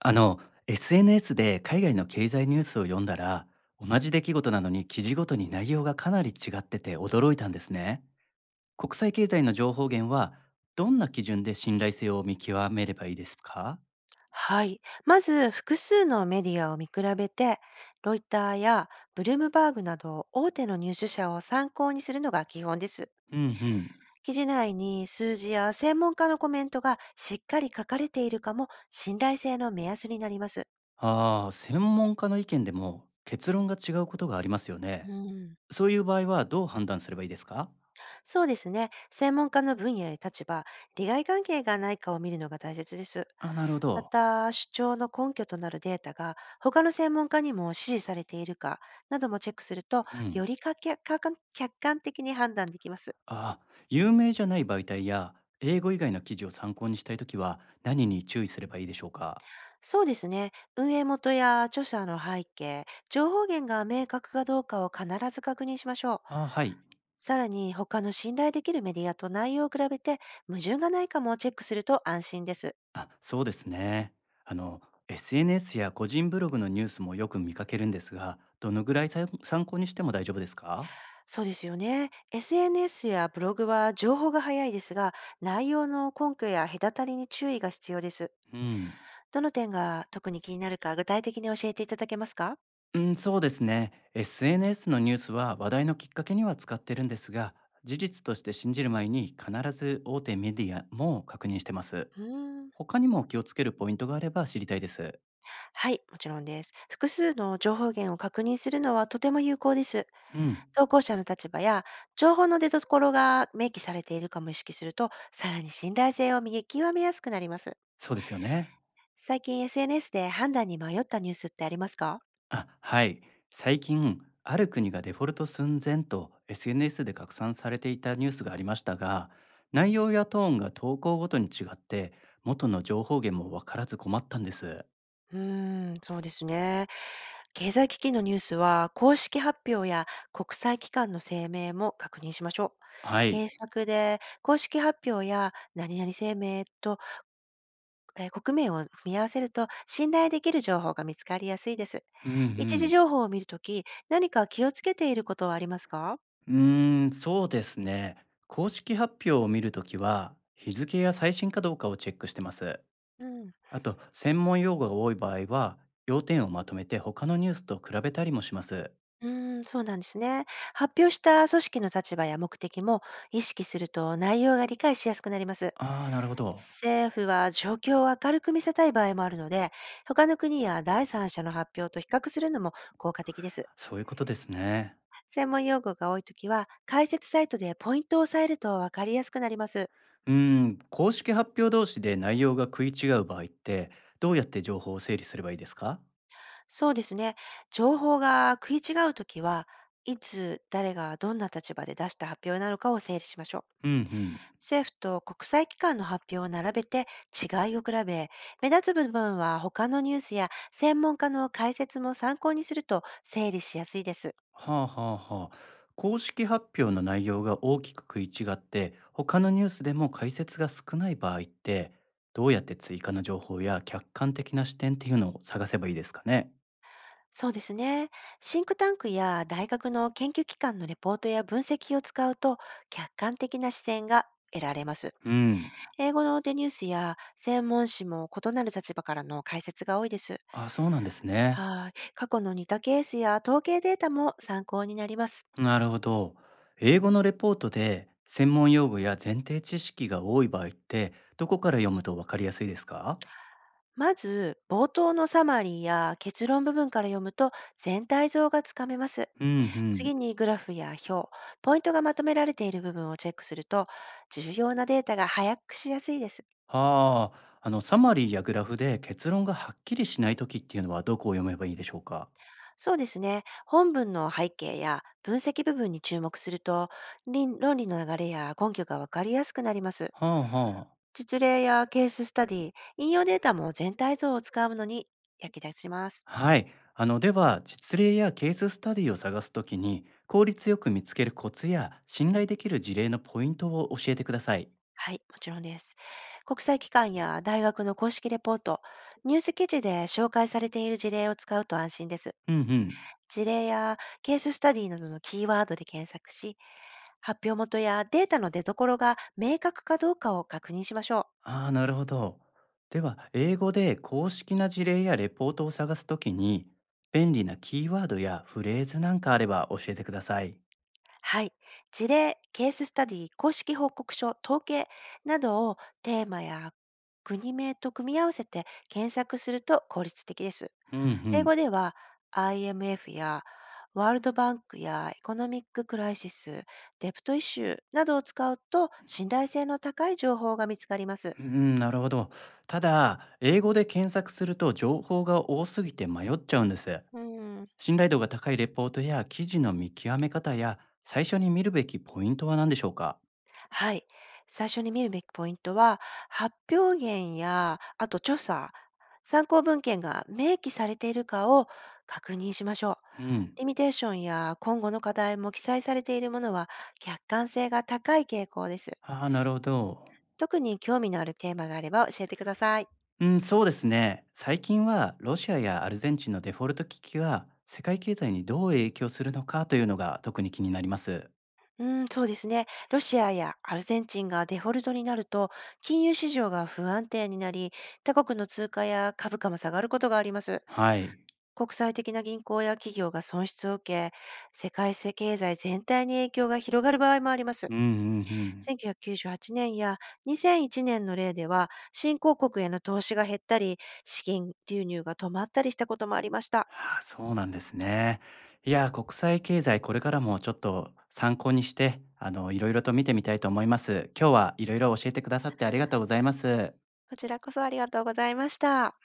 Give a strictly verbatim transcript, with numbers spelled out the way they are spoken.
あの、エスエヌエス で海外の経済ニュースを読んだら、同じ出来事なのに記事ごとに内容がかなり違ってて驚いたんですね。国際経済の情報源は、どんな基準で信頼性を見極めればいいですか？はい。まず、複数のメディアを見比べて、ロイターやブルームバーグなど大手の入手者を参考にするのが基本です。うんうん。記事内に数字や専門家のコメントがしっかり書かれているかも信頼性の目安になります。ああ、専門家の意見でも結論が違うことがありますようね。んそういう場合はどう判断すればいいですか？そうですね。専門家の分野や立場、利害関係がないかを見るのが大切です。あ、なるほまど。た、主張の根拠となるデータが他の専門家にも支持されているかなどもチェックすると、うよん。りかけかか客観的に判断できます。ああ、有名じゃない媒体や英語以外の記事を参考にしたいときは何に注意すればいいでしょうか？そうですね。運営元や著者の背景、情報源が明確かどうかを必ず確認しましょう。あ、はい。さらに、他の信頼できるメディアと内容を比べて、矛盾がないかもチェックすると安心です。あ、そうですね。あの、エスエヌエス や個人ブログのニュースもよく見かけるんですが、どのぐらいさ参考にしても大丈夫ですか？そうですよね。エスエヌエス やブログは情報が早いですが、内容の根拠や隔たりに注意が必要です。うん。どの点が特に気になるか具体的に教えていただけますか？うん、そうですね。エスエヌエス のニュースは話題のきっかけには使ってるんですが、事実として信じる前に必ず大手メディアも確認してます。うーん他にも気をつけるポイントがあれば知りたいです。はい、もちろんです。複数の情報源を確認するのはとても有効です。うん、投稿者の立場や情報の出所が明記されているかも意識すると、さらに信頼性を見極めやすくなります。そうですよね。最近 エスエヌエス で判断に迷ったニュースってありますか？あ、はい。最近、ある国がデフォルト寸前と エスエヌエス で拡散されていたニュースがありましたが、内容やトーンが投稿ごとに違って、元の情報源もわからず困ったんです。うーん、そうですね。経済危機のニュースは、公式発表や国際機関の声明も確認しましょう。はい。検索で、公式発表や何々声明と、えー国名を組み合わせると、信頼できる情報が見つかりやすいです。うんう一時ん。情報を見るとき、何か気をつけていることはありますか？うーん、そうですね。公式発表を見るときは、日付や最新かどうかをチェックしてます。うん。あと、専門用語が多い場合は、要点をまとめて他のニュースと比べたりもします。うーん、そうなんですね。発表した組織の立場や目的も意識すると内容が理解しやすくなります。ああ、なるほど。政府は状況を明るく見せたい場合もあるので、他の国や第三者の発表と比較するのも効果的です。そういうことですね。専門用語が多いときは、解説サイトでポイントを押さえると分かりやすくなります。うーん、公式発表同士で内容が食い違う場合って、どうやって情報を整理すればいいですか？そうですね。情報が食い違うときは、いつ誰がどんな立場で出した発表なのかを整理しましょう。うんうん。政府と国際機関の発表を並べて違いを比べ、目立つ部分は他のニュースや専門家の解説も参考にすると整理しやすいです。はあはあはあ。公式発表の内容が大きく食い違って、他のニュースでも解説が少ない場合って、どうやって追加の情報や客観的な視点っていうのを探せばいいですかね？そうですね。シンクタンクや大学の研究機関のレポートや分析を使うと、客観的な視点が得られます。うん。英語のデニュースや専門誌も異なる立場からの解説が多いです。あ、そうなんですね。はい。過去の似たケースや統計データも参考になります。なるほど。英語のレポートで専門用語や前提知識が多い場合って、どこから読むとわかりやすいですか？まず、冒頭のサマリーや結論部分から読むと全体像がつかめます。うんう次ん。にグラフや表、ポイントがまとめられている部分をチェックすると、重要なデータが把握しやすいです。はあ、あの、サマリーやグラフで結論がはっきりしないときっていうのはどこを読めばいいでしょうか？そうですね。本文の背景や分析部分に注目すると、倫論理の流れや根拠がわかりやすくなります。はあはあ。実例やケーススタディ、引用データも全体像を使うのに役立ちます。はい。あの、では、実例やケーススタディを探すときに、効率よく見つけるコツや信頼できる事例のポイントを教えてください。はい、もちろんです。国際機関や大学の公式レポート、ニュース記事で紹介されている事例を使うと安心です。うんうん。事例やケーススタディなどのキーワードで検索し、発表元やデータの出所が明確かどうかを確認しましょう。ああ、なるほど。では、英語で公式な事例やレポートを探すときに、便利なキーワードやフレーズなんかあれば教えてください。はい。事例、ケーススタディ、公式報告書、統計などをテーマや国名と組み合わせて検索すると効率的です。うんう英ん。語では アイエムエフ やワールドバンクやエコノミッククライシス、デプトイシューなどを使うと信頼性の高い情報が見つかります。うーん、なるほど。ただ、英語で検索すると情報が多すぎて迷っちゃうんです。うん信頼度が高いレポートや記事の見極め方や最初に見るべきポイントは何でしょうか？はい。最初に見るべきポイントは、発表源や、あと調査、参考文献が明記されているかを確認しましょう。うん。リミテーションや今後の課題も記載されているものは客観性が高い傾向です。ああ、なるほど。特に興味のあるテーマがあれば教えてください。うん、そうですね。最近はロシアやアルゼンチンのデフォルト危機が世界経済にどう影響するのかというのが特に気になります。うん、そうですね。ロシアやアルゼンチンがデフォルトになると、金融市場が不安定になり、他国の通貨や株価も下がることがあります。はい。国際的な銀行や企業が損失を受け、世界経済全体に影響が広がる場合もあります。うんうんうん。せんきゅうひゃくきゅうじゅうはちねんやにせんいちねんの例では、新興国への投資が減ったり、資金流入が止まったりしたこともありました。はあ、そうなんですね。いや、国際経済これからもちょっと参考にして、あの、いろいろと見てみたいと思います。今日はいろいろ教えてくださってありがとうございます。こちらこそありがとうございました。